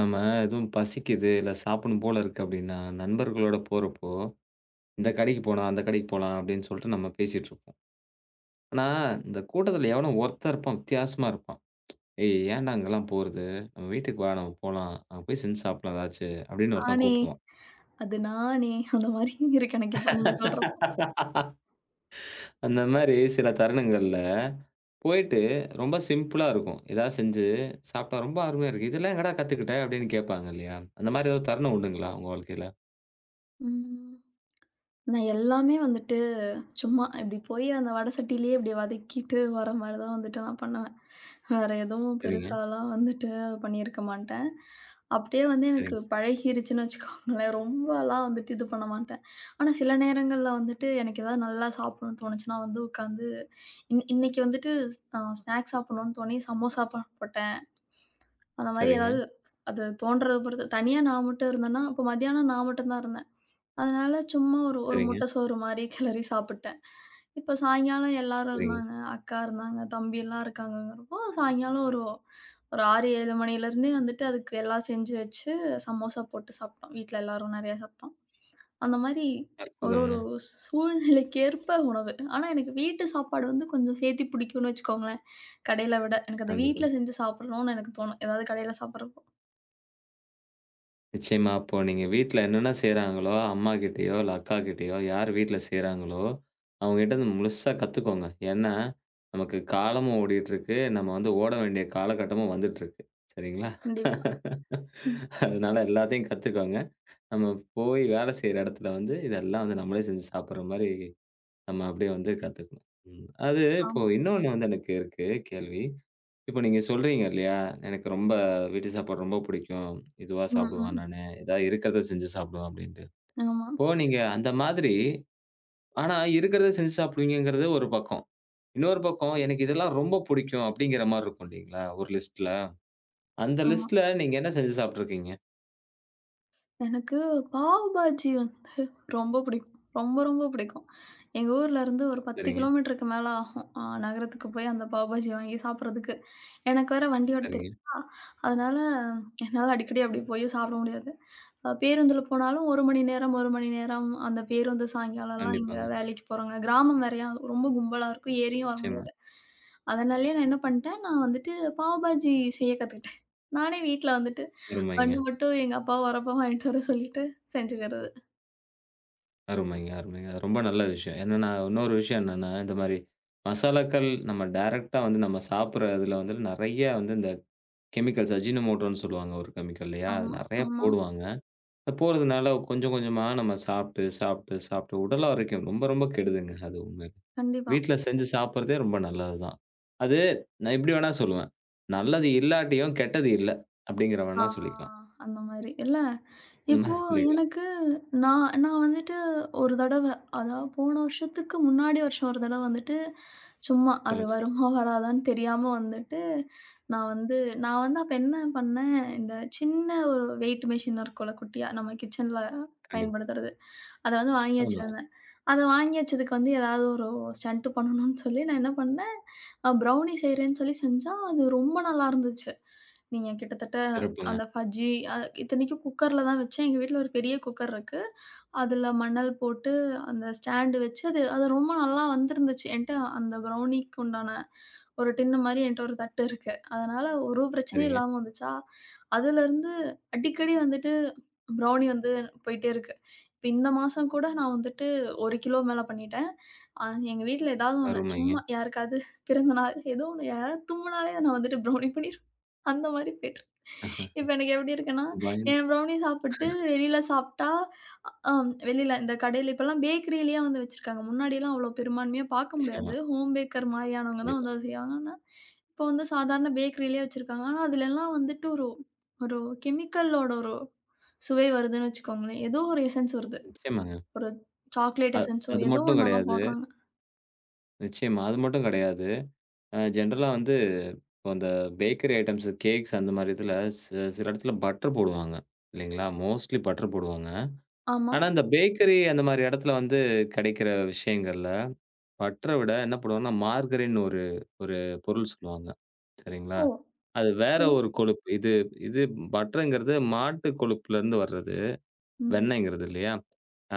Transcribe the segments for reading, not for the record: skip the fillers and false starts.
நம்ம எதுவும் பசிக்குது, இல்ல சாப்பிடணும் போல இருக்கு அப்படின்னா, நண்பர்களோட போறப்போ, இந்த கடைக்கு போலாம், அந்த கடைக்கு போலாம் அப்படின்னு சொல்லிட்டு நம்ம பேசிட்டு இருப்போம். ஆனா, இந்த கூட்டத்துல எவனோ ஒருத்தன் இருப்பான், வித்தியாசமா இருப்பான். "ஏய் ஏன்டா அங்கலாம் போறது? நம்ம வீட்டுக்கு வா, நம்ம போலாம். அங்க போய் செஞ்சு சாப்பிடலாம் ஏதாச்சு" அப்படின்னு ஒருத்தன் நானே, கூப்பிடுவான். அது நானே அந்த மாரி இருக்கு எனக்கு இப்ப நீங்க சொல்றப்போ. அந்த மாரி சில தருணங்கள்ல போயிட்டு ரொம்ப சிம்பிளா இருக்கும். ஏதாவது செஞ்சு சாப்பிட்டா ரொம்ப அருமையா இருக்கு. "இதெல்லாம் எங்கடா கத்துக்கிட்ட?" அப்படின்னு கேட்பாங்க இல்லையா? அந்த மாரி ஏதாவது தருணம் உண்டுங்களா உங்க வாழ்க்கையில? ம். நான் எல்லாமே வந்துட்டு சும்மா இப்டி போய் அந்த வடை சட்டியிலேயே இப்டி வதக்கிட்டு வர மாரி தான் வந்துட்டு நான் பண்ணுவேன். வேற எதுவும் சரிங்க, பெருசாலாம் வந்துட்டு பண்ணியிருக்க மாட்டேன். அப்டியே வந்து எனக்கு சரிங்க, பழகிருச்சுன்னு வச்சுக்கோங்களேன். ரொம்பலாம் வந்துட்டு இது பண்ண மாட்டேன். ஆனா சில நேரங்கள்ல வந்துட்டு எனக்கு ஏதாவது நல்லா சாப்பிடணும்னு தோணுச்சுன்னா வந்து உட்காந்து இன்னைக்கு வந்துட்டு ஸ்நாக்ஸ் சாப்பிடணும்னு தோணி சமோசா போட்டேன். அந்த மாரி சரிங்க, ஏதாவது அது தோன்றத பொறுத்து. தனியா நான் மட்டும் இருந்தேன்னா, அப்ப மத்தியானம் நான் மட்டும் தான் இருந்தேன். அதனால சும்மா ஒரு ஒரு சரிங்க. முட்டை சோறு மாரி கிளறி சாப்பிட்டேன். இப்ப சாயங்காலம் எல்லாரும் சரிங்க. இருந்தாங்க. அக்கா இருந்தாங்க, தம்பிலாம் இருக்காங்கங்கிறப்போ, சாயங்காலம் ஒரு ஒரு 6, 7 மணிலேருந்தே வந்துட்டு அதுக்கு எல்லாம் செஞ்சு வச்சு சமோசா போட்டு சாப்பிட்டோம். வீட்ல எல்லாரும் நெறையா சாப்பிட்டோம். அந்த மாரி ஒரு அற்புதம்ங்க. ஒரு சூ- சூழ்நிலைக்கேற்ப உணவு. ஆனா எனக்கு வீட்டு சாப்பாடு வந்து கொஞ்சம் சேத்தி பிடிக்கும்னு வச்சுக்கோங்களேன். கடையில விட. எனக்கு அத கண்டிப்பா. வீட்ல செஞ்சு சாப்பிடணும்னு எனக்கு தோணும். ஏதாவது கடையில சாப்பிடுறப்போ நிச்சயமா அப்போ நீங்க வீட்ல என்னென்ன செய்றாங்களோ, அம்மா கிட்டயோ, இல்ல அக்கா கிட்டயோ யார் வீட்ல செய்றாங்களோ, அவங்ககிட்ட இருந்து முழுசா கத்துக்கோங்க. ஏன்னா, நமக்கு காலமும் ஓடிட்டுருக்கு. நம்ம வந்து ஓட வேண்டிய காலகட்டமும் வந்துட்டுருக்கு. சரிங்களா? கண்டிப்பா. ம். அதனால எல்லாத்தையும் கத்துக்கோங்க. நம்ம போய் வேலை செய்ற இடத்துல வந்து இதெல்லாம் வந்து நம்மளே செஞ்சு சாப்பிடுற மாரி நம்ம அப்படியே வந்து கத்துக்கணும். ம். அது இப்போ ஆமா. இன்னொன்னு வந்து எனக்கு இருக்கு கேள்வி. இப்போ நீங்க சொல்றீங்க இல்லையா? எனக்கு ரொம்ப வீட்டு சாப்பாடு ரொம்ப பிடிக்கும். இதுவா ம், சாப்பிடுவேன் ம். நானு. ஏதாவது இருக்கிறத செஞ்சு சாப்பிடுவேன் அப்படின்ட்டு. ஆமா, இப்போ நீங்க அந்த மாதிரி ஆனா இருக்கிறத செஞ்சு சாப்பிடுவீங்கங்கிறது ஒரு பக்கம். இன்னொரு பக்கம் எனக்கு இதெல்லாம் ரொம்ப பிடிக்கும் அப்படிங்கிற மாரி இருக்கும் இல்லைங்களா? ஒரு லிஸ்ட்ல. அந்த ஆமா. லிஸ்ட்ல நீங்க என்ன செஞ்சு சாப்பிட்டுருக்கீங்க? எனக்கு பாவ் பாஜி ரொம்ப பிடிக்கும். ரொம்ப ரொம்ப பிடிக்கும். எங்க ஊர்ல இருந்து ஒரு 10 சரிங்க, கிலோமீட்டருக்கு மேல ஆகும். நகரத்துக்கு போய் அந்த பாவ் பாஜி வாங்கி சாப்பிடுறதுக்கு. எனக்கு வேற வண்டி ஓட்ட சரிங்க. தெரியாதா, அதனால என்னால அடிக்கடி அப்படி போய் சாப்பிட முடியாது. பேருந்துல போனாலும் 1 மணி நேரம் 1 மணி நேரம் அந்த பேருந்து சாயங்காலம்லாம் எங்க கண்டிப்பாங்க. வேலைக்கு போறோங்க. கிராமம் வேறயா ரொம்ப கும்பலா இருக்கும். ஏறியும் வர நிச்சயமா. முடியாது. அதனாலயே நான் என்ன பண்ணிட்டேன், நான் வந்துட்டு பாவ் பாஜி செய்ய கத்துக்கிட்டேன். நானே வீட்ல வந்துட்டு அருமைங்க. பன்னு மட்டும் எங்க அப்பா வரப்ப வாங்கிட்டு வர சொல்லிட்டு செஞ்சுக்கிறது. அருமைங்க, அருமைங்க. அது ரொம்ப நல்ல விஷயம். என்னன்னா, இன்னொரு விஷயம் என்னன்னா, இந்த மாரி மசாலாக்கள் நம்ம டைரக்ட்டா வந்து நம்ம சாப்பிடுற இதுல வந்து நெறைய வந்து இந்த கெமிக்கல்ஸ் அஜினோமோட்டோன்னு சொல்லுவாங்க ஒரு கெமிக்கல் இல்லையா? அது ஆமா, நெறைய ஆமா. போடுவாங்க. அது போடுறதுனால கொஞ்சம் கொஞ்சமா நம்ம சாப்பிட்டு, சாப்பிட்டு, சாப்பிட்டு உடல் ஆரோக்கியம் ரொம்ப, ரொம்ப கெடுதுங்க. அது உண்மையிலே. கண்டிப்பா. வீட்ல செஞ்சு சாப்பிடுறதே ரொம்ப நல்லது தான். அது நான் இப்படி வேணா சொல்லுவேன். நல்லது இல்லாட்டியும் கெட்டது இல்ல. அப்படிங்கிற ஆ வேணா சொல்லிக்கலாம். அந்த மாரி. இல்ல அந்த இப்போ மாரி சொல்லிக்கலாம். எனக்கு நான் நான் வந்துட்டு ஒரு தடவ, அதாவது போன வருஷத்துக்கு முன்னாடி வருஷம் ஒரு தடவ வந்துட்டு, சும்மா அது சொல்லுங்க. வருமா வராதான்னு தெரியாம வந்துட்டு, நான் வந்து நான் வந்து அப்ப என்ன பண்ணேன், இந்த சின்ன ஒரு வெயிட் மிஷின் இருக்கும்ல குட்டியா, நம்ம கிச்சன்ல கண்டிப்பா. பயன்படுத்துறது. அத வந்து வாங்கி ஆமாங்க. வச்சிருந்தேன். அத வாங்கி வச்சதுக்கு வந்து ஏதாவது ஒரு ஸ்டண்ட் பண்ணணும்னு சொல்லி நான் என்ன பண்ணேன், ப்ரௌனி செய்றேன்னு சொல்லி செஞ்சா, அது ரொம்ப நல்லா இருந்துச்சு. நீங்க கிட்டத்தட்ட சிறப்புங்க. அந்த பஜ்ஜி அ இத்தனைக்கும் குக்கர்ல தான் வச்சேன். எங்க வீட்ல ஒரு பெரிய குக்கர் இருக்கு. அதுல மணல் போட்டு, அந்த ஸ்டாண்டு வச்சு அது அது ரொம்ப நல்லா வந்திருந்துச்சு. என்ட்ட அந்த ப்ரௌனிக்கு உண்டான ஒரு டின்னு மாரி என்ட்ட ஒரு தட்டு இருக்கு. அதனால ஒரு பிரச்சனையும் சரிங்க. இல்லாம வந்துச்சா, அதுலருந்து அடிக்கடி வந்துட்டு ப்ரௌனி வந்து போயிட்டே இருக்கு. இப்ப இந்த மாசம் கூட நான் வந்துட்டு 1 கிலோ மேல பண்ணிட்டேன். அ எங்க வீட்ல ஏதாவது ஒண்ணு அருமைங்க. சும்மா யாருக்காவது பிறந்த நாள் ஏதோ ஒண்ணு யாராவது தும்முனாலே நான் வந்துட்டு ப்ரௌனி பண்ணிருவேன். அந்த மாரி போயிட்டுருக்கு. இப்ப எனக்கு எப்படி இருக்குன்னா, பயந்து என் ப்ரௌனி சாப்பிட்டு வெளியில சாப்பிட்டா ஆம். வெளியில இந்த கடையில இப்பல்லாம் பேக்கரியிலயே வந்து வச்சிருக்காங்க. முன்னாடிலாம் அவ்ளோ பெரும்பான்மையா பார்க்க நிச்சயமா, முடியாது. ஹோம் பேக்கர் மாரியானவங்க தான் கண்டிப்பா. வந்து அத செய்வாங்க. ஆனா, இப்போ வந்து சாதாரண பேக்கரியிலயே வச்சிருக்காங்க. ஆனா, அதுலலாம் வந்துட்டு ஒரு ஒரு கெமிக்கலோட ஒரு சுவை வருதுன்னு வச்சுக்கோங்களேன். ஏதோ ஒரு எசன்ஸ் வருது. நிச்சயமாங்க. ஒரு சாக்லேட் அது எசன்ஸோ அது ஏதோ மட்டும் ஒண்ணலாம் கிடையாது. போடுறாங்க. நிச்சயமா, அது மட்டும் கிடையாது. அ ஜெனரலா வந்து இப்போ அந்த பேக்கரி ஐட்டம்ஸ், கேக்ஸ் அந்த மாரி இதுல சில இடத்துல பட்டர் போடுவாங்க. இல்லைங்களா? மோஸ்ட்லி பட்டர் போடுவாங்க. ஆமா. ஆனா, இந்த பேக்கரி அந்த மாரி இடத்துல வந்து கிடைக்கிற விஷயங்கள்ல, பட்டர விட என்ன பண்ணுவாங்கன்னா, மார்கரின்னு ஒரு ஒரு பொருள் சொல்லுவாங்க. சரிங்களா? ஓ! அது வேற சரி. ஒரு கொழுப்பு. இது இது பட்டர்ங்கிறது மாட்டு கொழுப்புலருந்து வர்றது. ம். வெண்ணெய்ங்கிறது இல்லையா?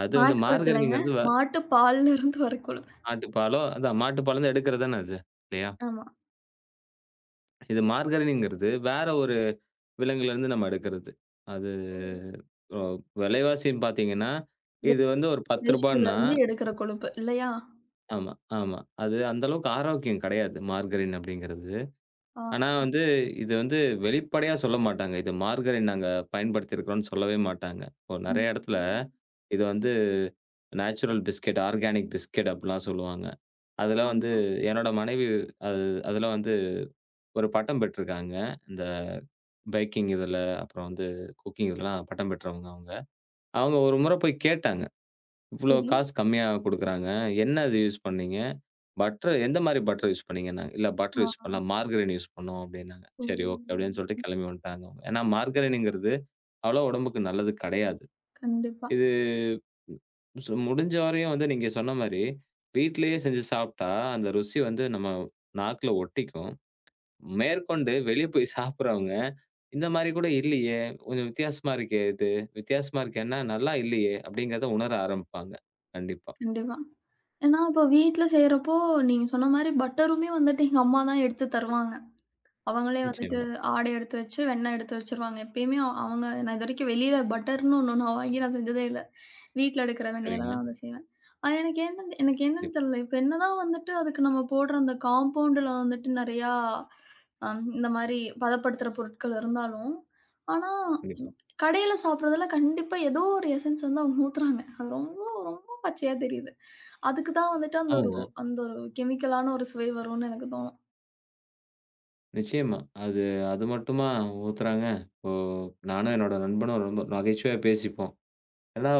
அது வந்து மாட்டு கொழுப்பு இல்லங்க. மார்கரின்ங்கிறது மாட்டு பால்ல இருந்து வர கொழுப்பு. மாட்டுப்பாலோ அதான் மாட்டுப்பால்லருந்து எடுக்கிறது தானே அது. இல்லையா? ஆமா. இது மார்கரின்ங்கிறது வேற ஒரு விலங்குலருந்து நம்ம எடுக்கிறது. அது ஓ! ஒ விலைவாசின்னு பார்த்தீங்கன்னா, வே இது வந்து ஒரு ரூ. வேஷ்டியில 10ன்னா இருந்து எடுக்கிற கொழுப்பு இல்லையா? ஆமா, ஆமா. அது அந்த அளவுக்கு ஆரோக்கியம் கிடையாது மார்கரின் அப்படிங்கிறது. ஆ. ஆனா வந்து இது வந்து வெளிப்படையா சொல்ல மாட்டாங்க. இது மார்கரின் நாங்க பயன்படுத்தியிருக்கிறோம்ன்னு சொல்லவே மாட்டாங்க. இப்போ நெறைய இடத்துல ம். இது வந்து நேச்சுரல் பிஸ்கட், ஆர்கானிக் பிஸ்கட் அப்படிலாம் சொல்லுவாங்க. அதெல்லாம் வந்து ஆமா. என்னோட மனைவி அது அதெல்லாம் வந்து ஒரு பட்டம் பெற்றிருக்காங்க. இந்த பேக்கிங் இதுல, அப்புறம் வந்து குக்கிங் இதெல்லாம் பட்டம் பெற்றவங்க அவங்க. அவங்க ஒரு முறை போய் கேட்டாங்க. "இவ்ளோ சரி. காசு கம்மியா குடுக்குறாங்க. என்ன இது யூஸ் பண்ணீங்க? பட்டர் எந்த மாரி பட்டர் யூஸ் பண்ணீங்கன்னாங்க?" "இல்ல பட்டர் யூஸ் ஆ. பண்ணல. மார்கரைன் யூஸ் பண்ணோம்" அப்படின்னாங்க. ஓ! "சரி, ஓகே" அப்படின்னு சொல்லிட்டு கிளம்பி வந்துட்டாங்க அவங்க. ஏன்னா மார்கரைனுங்கிறது அவ்வளோ உடம்புக்கு நல்லது கிடையாது. கண்டிப்பா, இது சு முடிஞ்ச வரையும் வந்து நீங்க சொன்ன மாரி வீட்லயே செஞ்சு சாப்பிட்டா, அந்த ருசி வந்து நம்ம நாக்குல ஒட்டிக்கும். மேற்கொண்டு வெளிய போய் சாப்பிடுறவங்க, இந்த மாரி கூட இல்லையே! கொஞ்சம் வித்தியாசமா இருக்கே இது. வித்தியாசமா இருக்கேன்னா, நல்லா இல்லையே! அப்படிங்கிறத உணர ஆரம்பிப்பாங்க. கண்டிப்பா. கண்டிப்பா. ஏன்னா இப்ப வீட்ல செய்றப்போ, நீங்க சொன்ன மாரி பட்டருமே வந்துட்டு எங்க அம்மா தான் எடுத்து தருவாங்க. அவங்களே வந்துட்டு நிச்சயமா. ஆடை எடுத்து வச்சு, வெண்ணெய் எடுத்து வச்சுருவாங்க. எப்பயுமே அவங்க நான் இதுவரைக்கும் வெளியில பட்டர்ன்னு ஒண்ணு நான் வாங்கி நான் செஞ்சதே இல்ல. வீட்ல எடுக்கிற வெண்ணெயில சரிங்க. தான் வந்து செய்வேன். ஆனா எனக்கு என்னன்னு கண்டிப்பா, தெரியல. இப்ப என்னதான் வந்துட்டு அதுக்கு நம்ம போடுற அந்த காம்பவுண்டுல வந்துட்டு நெறையா இந்த மாரி பதப்படுத்துற பொருட்கள் இருந்தாலும், ஆனா கண்டிப்பா. கடையில சாப்பிடுறதுல கண்டிப்பா ஏதோ ஒரு எசன்ஸ் வந்து அவங்க ஊத்துறாங்க. அது ரொம்ப பச்சையா தெரியுது. அதுக்கு தான் வந்துட்டு அந்த ஒரு ஆமாங்க. அந்த ஒரு கெமிக்கலான ஒரு சுவை வரும்னு எனக்கு தோணும். நிச்சயமா. அது அது மட்டுமா ஊத்துறாங்க? இப்போ நானும் என்னோட நண்பனும் ரொம்ப நகைச்சுவையா பேசிப்போம். "ஏன்டா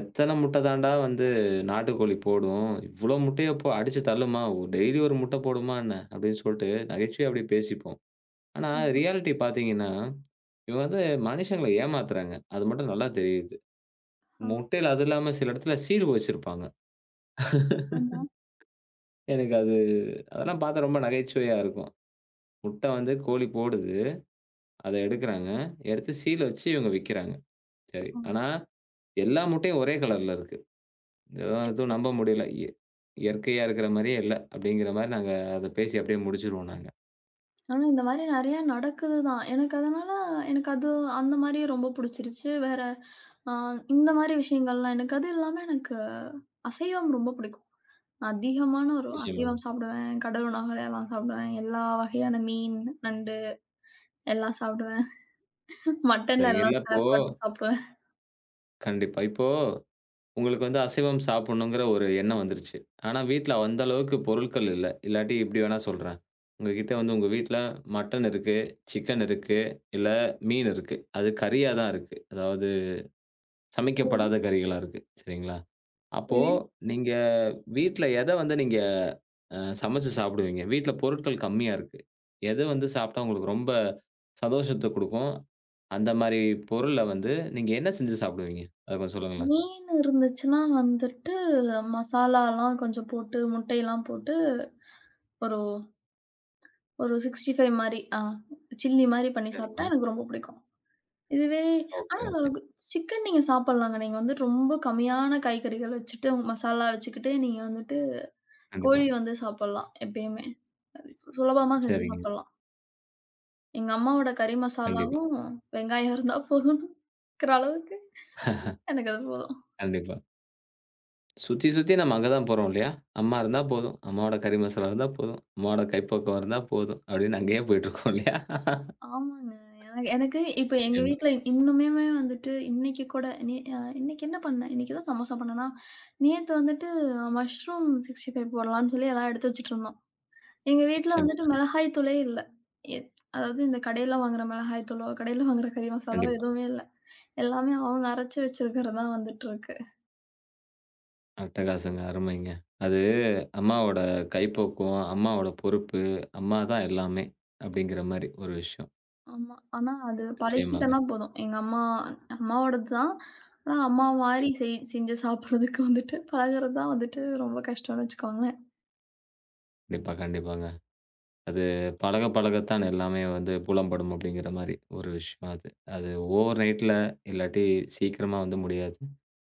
எத்தன முட்ட தான்டா வந்து நாட்டுக்கோழி போடும்? இவ்ளோ முட்டைய போ அடிச்சு தள்ளுமா? டெய்லி ஒரு முட்ட போடுமா என்ன?" அப்படின்னு சொல்ட்டு நகைச்சுவையா அப்படி பேசிப்போம். ஆனா ஆமா. ரியாலிட்டி பார்த்தீங்கன்னா இவங்க வந்து மனுஷங்கள ஏமாத்துறாங்க. அது மட்டும் நல்லா தெரியுது. ஆ, முட்டையில அது இல்லாம சில இடத்துல சீடு வச்சிருப்பாங்க. ஆமா. எனக்கு அது அதெல்லாம் பார்த்தா ரொம்ப நகைச்சுவையா இருக்கும். முட்டை வந்து கோழி போடுது. அத எடுக்குறாங்க. எடுத்து சீல் வச்சு இவங்க விக்கிறாங்க. சரி. ஆ ஆனா எல்லா முட்டையும் ஒரே கலர்ல இருக்கு. இதெல்லாம் எப்படி? எதுவும் நம்ப முடியல. இயற்கையா இருக்கிற மாரியே இல்ல. அப்படிங்கிற மாரி நாங்க அத பேசி அப்படியே முடிச்சுருவோம் நாங்க. ஆனா இந்த மாரி நெறையா நடக்குது தான். எனக்கு அது அந்த மாரியே ரொம்ப புடிச்சிருச்சு. வேற அ இந்த மாரி விஷயங்கள்லாம் எனக்கு அது இல்லாம எனக்கு அசைவம் ரொம்ப பிடிக்கும். நான் அதிகமான ஒரு நிச்சயமாங்க. அசைவம் சாப்பிடுவேன். கடல் உணவுகள் எல்லாம் சாப்பிடுவேன். எல்லா வகையான மீன், நண்டு எல்லாம் சாப்பிடுவேன். மட்டன்ல சரிங்க. எல்லாம் இல்ல இப்போ ஸ்பேர் பார்ட்டும் சாப்பிடுவேன். கண்டிப்பா. இப்போ உங்களுக்கு வந்து அசைவம் சாப்பிடணுங்கிற ஒரு எண்ணம் வந்துருச்சு. ஆனா வீட்ல அந்த அளவுக்கு பொருட்கள் இல்ல. இல்லாட்டி இப்டி வேணா சொல்றேன். உங்ககிட்ட வந்து உங்க வீட்ல மட்டன் இருக்கு, சிக்கன் இருக்கு, இல்ல மீன் இருக்கு. அது கறியா தான் இருக்கு. அதாவது சமைக்கப்படாத கறிகளா இருக்கு. சரிங்களா? அப்போ புரியுது. நீங்க வீட்ல எத வந்து நீங்க அ சமைச்சு சாப்பிடுவீங்க? வீட்ல பொருட்கள் கம்மியா இருக்கு. எது வந்து சாப்பிட்டா உங்களுக்கு ரொம்ப சந்தோஷத்த குடுக்கும்? அந்த மாரி பொருள வந்து நீங்க என்ன செஞ்சு சாப்பிடுவீங்க? அத கொஞ்சம் சொல்லுங்களேன். மீன் இருந்துச்சுன்னா வந்துட்டு, மசாலாலாம் கொஞ்சம் போட்டு, முட்டையெல்லாம் போட்டு ஒரு ஒரு 65 மாரி, சில்லி மாரி பண்ணி சாப்ட்டா சரிங்க. எனக்கு ரொம்ப புடிக்கும். இதுவே ஓகே, ஆனா ஓகே. சிக்கன் நீங்க சாப்பிடலாங்க. நீங்க வந்து ரொம்ப கம்மியான காய்கறிகள் வச்சுட்டு, மசாலா வச்சுக்கிட்டு, நீங்க வந்துட்டு கண்டிப்பா. கோழி வந்து சாப்பிடலாம் எப்பயுமே. அது சுலபமா செஞ்சு சரிங்க. சாப்பிடலாம். எங்க அம்மாவோட கறி கண்டிப்பா, மசாலாவும், வெங்காயம் இருந்தா போதும்னு இருக்கிற அளவுக்கு எனக்கு அது போதும். கண்டிப்பா. சுத்தி, சுத்தி நம்ம அங்க தான் போறோம் இல்லையா? அம்மா இருந்தா போதும். அம்மாவோட கறி மசாலா இருந்தா போதும். அம்மாவோட கைப்பக்குவம் இருந்தா போதும். அப்படின்னு அங்கேயே போயிட்டுருக்கோம் இல்லையா? ஆமாங்க. எனக்கு எனக்கு இப்ப எங்க நிச்சயமா, வீட்ல இன்னுமுமே வந்துட்டு இன்னைக்கு கூட நே அ இன்னைக்கு என்ன பண்ணேன்? இன்னைக்கு தான் சமோசா பண்ணேனா, நேத்து வந்துட்டு மஷ்ரூம் 65 போடலான்னு சொல்லி எல்லாம் எடுத்து வச்சுட்டுருந்தோம். எங்க வீட்ல வந்துட்டு நிச்சயமாங்க. மிளகாய் தூளே இல்ல. எ அதாவது இந்த கடையில வாங்குற மிளகாய் தூளோ, கடையில வாங்குற கறி மசாலாவோ கண்டிப்பா. எதுவுமே இல்ல. எல்லாமே அவங்க அரைச்சு வச்சிருக்கிறது தான் வந்துட்டு இருக்கு. அட்டகாசங்க. அருமைங்க. அது அம்மாவோட கைப்பக்குவம், அம்மாவோட பொறுப்பு, அம்மா தான் எல்லாமே அப்படிங்கிற மாரி ஒரு விஷயம். ஆமா. ஆனா அது நிச்சயமாங்க. பழகிட்டனா போதும். எங்க அம்மா அம்மாவோடது தான். ஆனா அம்மா மாரி கண்டிப்பா, செஞ்சு சாப்பிடுறதுக்கு வந்துட்டு பழகுறது தான் வந்துட்டு ரொம்ப கஷ்டம்னு வச்சுக்கோங்களேன். கண்டிப்பா, கண்டிப்பாங்க. அது பழக பழகத்தான் எல்லாமே வந்து புலம்படும் அப்படிங்கிற மாரி ஒரு விஷயம் அது. அது ஓவர் நைட்ல இல்லாட்டி சீக்கிரமா வந்து முடியாது.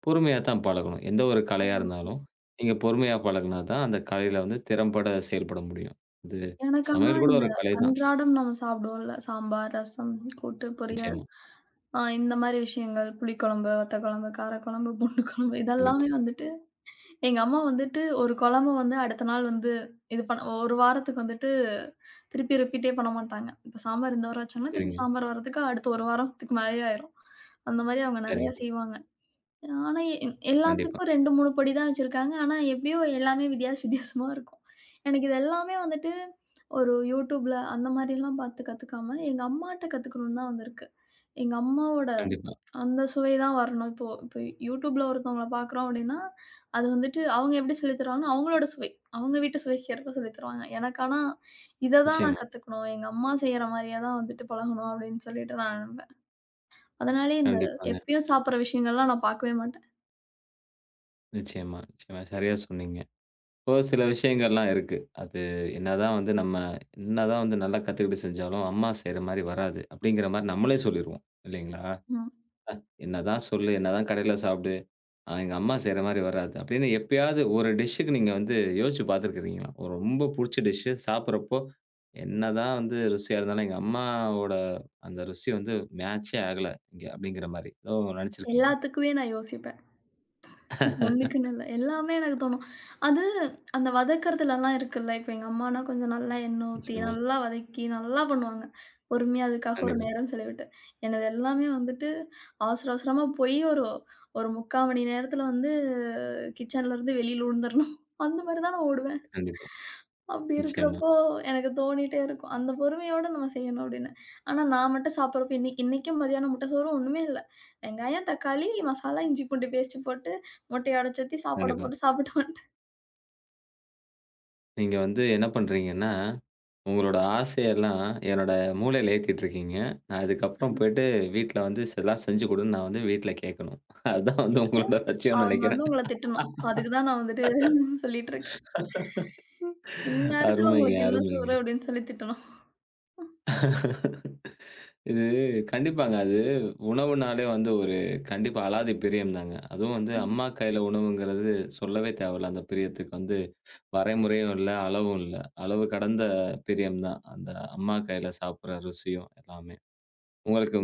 பொறுமையா தான் பழகணும். எந்த ஒரு ஆ. கலையா இருந்தாலும், நீங்க பொறுமையா பழகுனா தான் அந்த கலையில வந்து திறம்பட செயல்பட முடியும். இது எனக்கு ஆனா சமையல் கூட இந்த ஒரு கலை தான். அன்றாடம் நம்ம சாப்பிடுவோம்ல, சாம்பார், ரசம், கூட்டு, பொரியல், நிச்சயமா. இந்த மாரி விஷயங்கள், புளிக்குழம்பு, வத்தக்குழம்பு, காரக்குழம்பு, பூண்டு குழம்பு கண்டிப்பா. இதெல்லாமே வந்துட்டு எங்க அம்மா வந்துட்டு ஒரு குழம்பு வந்து அடுத்த நாள் வந்து இது பண்ண ஒரு வாரத்துக்கு வந்துட்டு திருப்பி ரிப்பீட்டே பண்ண மாட்டாங்க. இப்ப சாம்பார் இந்த வாரம் வச்சாங்கன்னா, திருப்பி சரிங்க, சாம்பார் வர்றதுக்கு அடுத்த ஒரு வாரத்துக்கு மேலயே ஆயிரும். அந்த மாரி அவங்க நெறைய சரிங்க. செய்வாங்க. ஆனா, கண்டிப்பா, எல்லாத்துக்கும் 2, 3 பொடி தான் வச்சிருக்காங்க. ஆனா, எப்படியோ எல்லாமே வித்தியாச வித்தியாசமா இருக்கும். எனக்கு இது எல்லாமே வந்துட்டு ஒரு YouTubeல அந்த மாரிலாம் பார்த்து கத்துக்காம, எங்க அம்மாட்ட கத்துக்கணும்னு தான் வந்திருக்கு. எங்க அம்மாவோட கண்டிப்பா. அந்த சுவை தான் வரணும். இப்போ இப்போ YouTubeல ஒருத்தவங்கள பார்க்குறோம் அப்படின்னா, அது வந்துட்டு அவங்க எப்படி சொல்லி தருவாங்கன்னா, அவங்களோட சுவை. அவங்க வீட்டு சுவைக்கேற்ப சொல்லி தருவாங்க. எனக்கு ஆனா, இத தான் நான் நிச்சயமா. கத்துக்கணும். எங்க அம்மா செய்ற மாரியே தான் வந்துட்டு பழகணும் அப்படின்னு சொல்லிட்டு நான் நெனப்பேன். அதனாலேயே இந்த கண்டிப்பாங்க. எப்பயும் சாப்பிடுற விஷயங்கள்லாம் நான் பார்க்கவே மாட்டேன். நிச்சயமா, நிச்சயமா. சரியா சொன்னீங்க. ஒரு சில விஷயங்கள்லாம் இருக்கு. அது என்னதான் வந்து நம்ம என்னதான் வந்து நல்லா கத்துக்கிட்டு செஞ்சாலும், அம்மா செய்ற மாரி வராது. அப்படிங்கிற மாரி நம்மளே சொல்லிருவோம். இல்லைங்களா? ம். என்னதான் சொல்லு, என்னதான் கடையில சாப்பிடு, அ எங்க அம்மா செய்ற மாரி வராது. அப்படின்னு எப்பயாவது ஒரு டிஷ்ஷுக்கு நீங்க வந்து யோசிச்சு பார்த்துருக்கிறீங்களா? ஒரு ரொம்ப புடிச்ச டிஷ்ஷு சாப்பிடுறப்போ, என்னதான் வந்து ருசியா இருந்தாலும், எங்க அம்மாவோட அந்த ருசி வந்து மேட்சே ஆகல இங்க அப்படிங்கிற மாரி. ஏதோ நெனச்சிருக்கீங்களா? எல்லாத்துக்குமே நான் யோசிப்பேன். ஒண்ணுக்குன்னு இல்ல. எல்லாமே எனக்கு தோணும். அது அந்த வதக்கறதுலலாம் இருக்குல்ல, இப்ப எங்க அம்மானா கொஞ்சம் நல்லா எண்ணெய் ஊத்தி, நிச்சயமா. நல்லா வதக்கி, நல்லா பண்ணுவாங்க. பொறுமையா அதுக்காக ஒரு கண்டிப்பா, நேரம் செலவிட்டு. எனது எல்லாமே வந்துட்டு அவசர அவசரமா போய் ஒரு ஒரு 3/4 மணி நேரத்துல வந்து கிச்சன்லருந்து வெளியில விழுந்துரணும். அந்த மாரி தான் நான் ஓடுவேன். கண்டிப்பா. அப்படி நிச்சயமா, இருக்கிறப்போ எனக்கு தோணிட்டே இருக்கும். அந்த பொறுமையோட நம்ம செய்யணும் அப்படின்னு. ஆனா நான் மட்டும் சாப்பிடுறப்போ இன்னைக்கு இன்னைக்கும் மதியானம் முட்டை சோறு ஒண்ணுமே இல்ல. வெங்காயம், தக்காளி, மசாலா, இஞ்சி பூண்டு பேஸ்ட்டு போட்டு முட்டைய உடைச்சு ஊத்தி சாப்பாடு கண்டிப்பா. போட்டு சாப்பிட்டு வந்துட்டு நீங்க வந்து என்ன பண்றீங்கன்னா உங்களோட ஆசையெல்லாம் என்னோட மூளையில ஏத்திட்டுருக்கீங்க. நான் இதுக்கப்புறம் போயிட்டு வீட்ல வந்து இதெல்லாம் செஞ்சு குடுன்னு நான் வந்து வீட்ல கேட்கணும். அதான் வந்து கேட்கணும். உங்களோட லட்சியம்னு அவங்க நெனைக்கிறேன். வந்து உங்கள திட்டணும். அதுக்கு தான் நான் வந்துட்டு சொல்லிட்டு இருக்கேன். இந்நேரத்துல அருமைங்க, உங்களுக்கு என்ன அருமைங்க. சோறு அப்படின்னு சொல்லி திட்டணும். இது கண்டிப்பாங்க. அது உணவுனாலே வந்து ஒரு கண்டிப்பா அலாதி பிரியம் தாங்க. அதுவும் வந்து அம்மா கண்டிப்பா. கையில உணவுங்கிறது சொல்லவே தேவையில்ல. அந்த பிரியத்துக்கு வந்து வரைமுறையும் இல்ல, அளவும் இல்ல. அளவு கடந்த பிரியம் தான். அந்த அம்மா கையில சாப்பிடுற ருசியும் எல்லாமே. உங்களுக்கு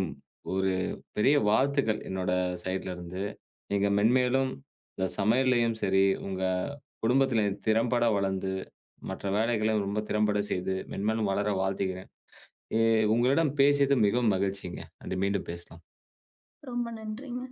ஒரு பெரிய வாழ்த்துக்கள் என்னோட சைட்ல இருந்து. நீங்க மென்மேலும் இந்த சமையல்லயும் சரி, உங்க குடும்பத்தில திறம்பட வளர்ந்து, மற்ற வேலைகளையும் ரொம்ப திறம்பட செய்து, மென்மேலும் வளர வாழ்த்துகிறேன். எ உங்களிடம் பேசியது மிகவும் மகிழ்ச்சிங்க. நன்றி. மீண்டும் பேசலாம். ரொம்ப நன்றிங்க.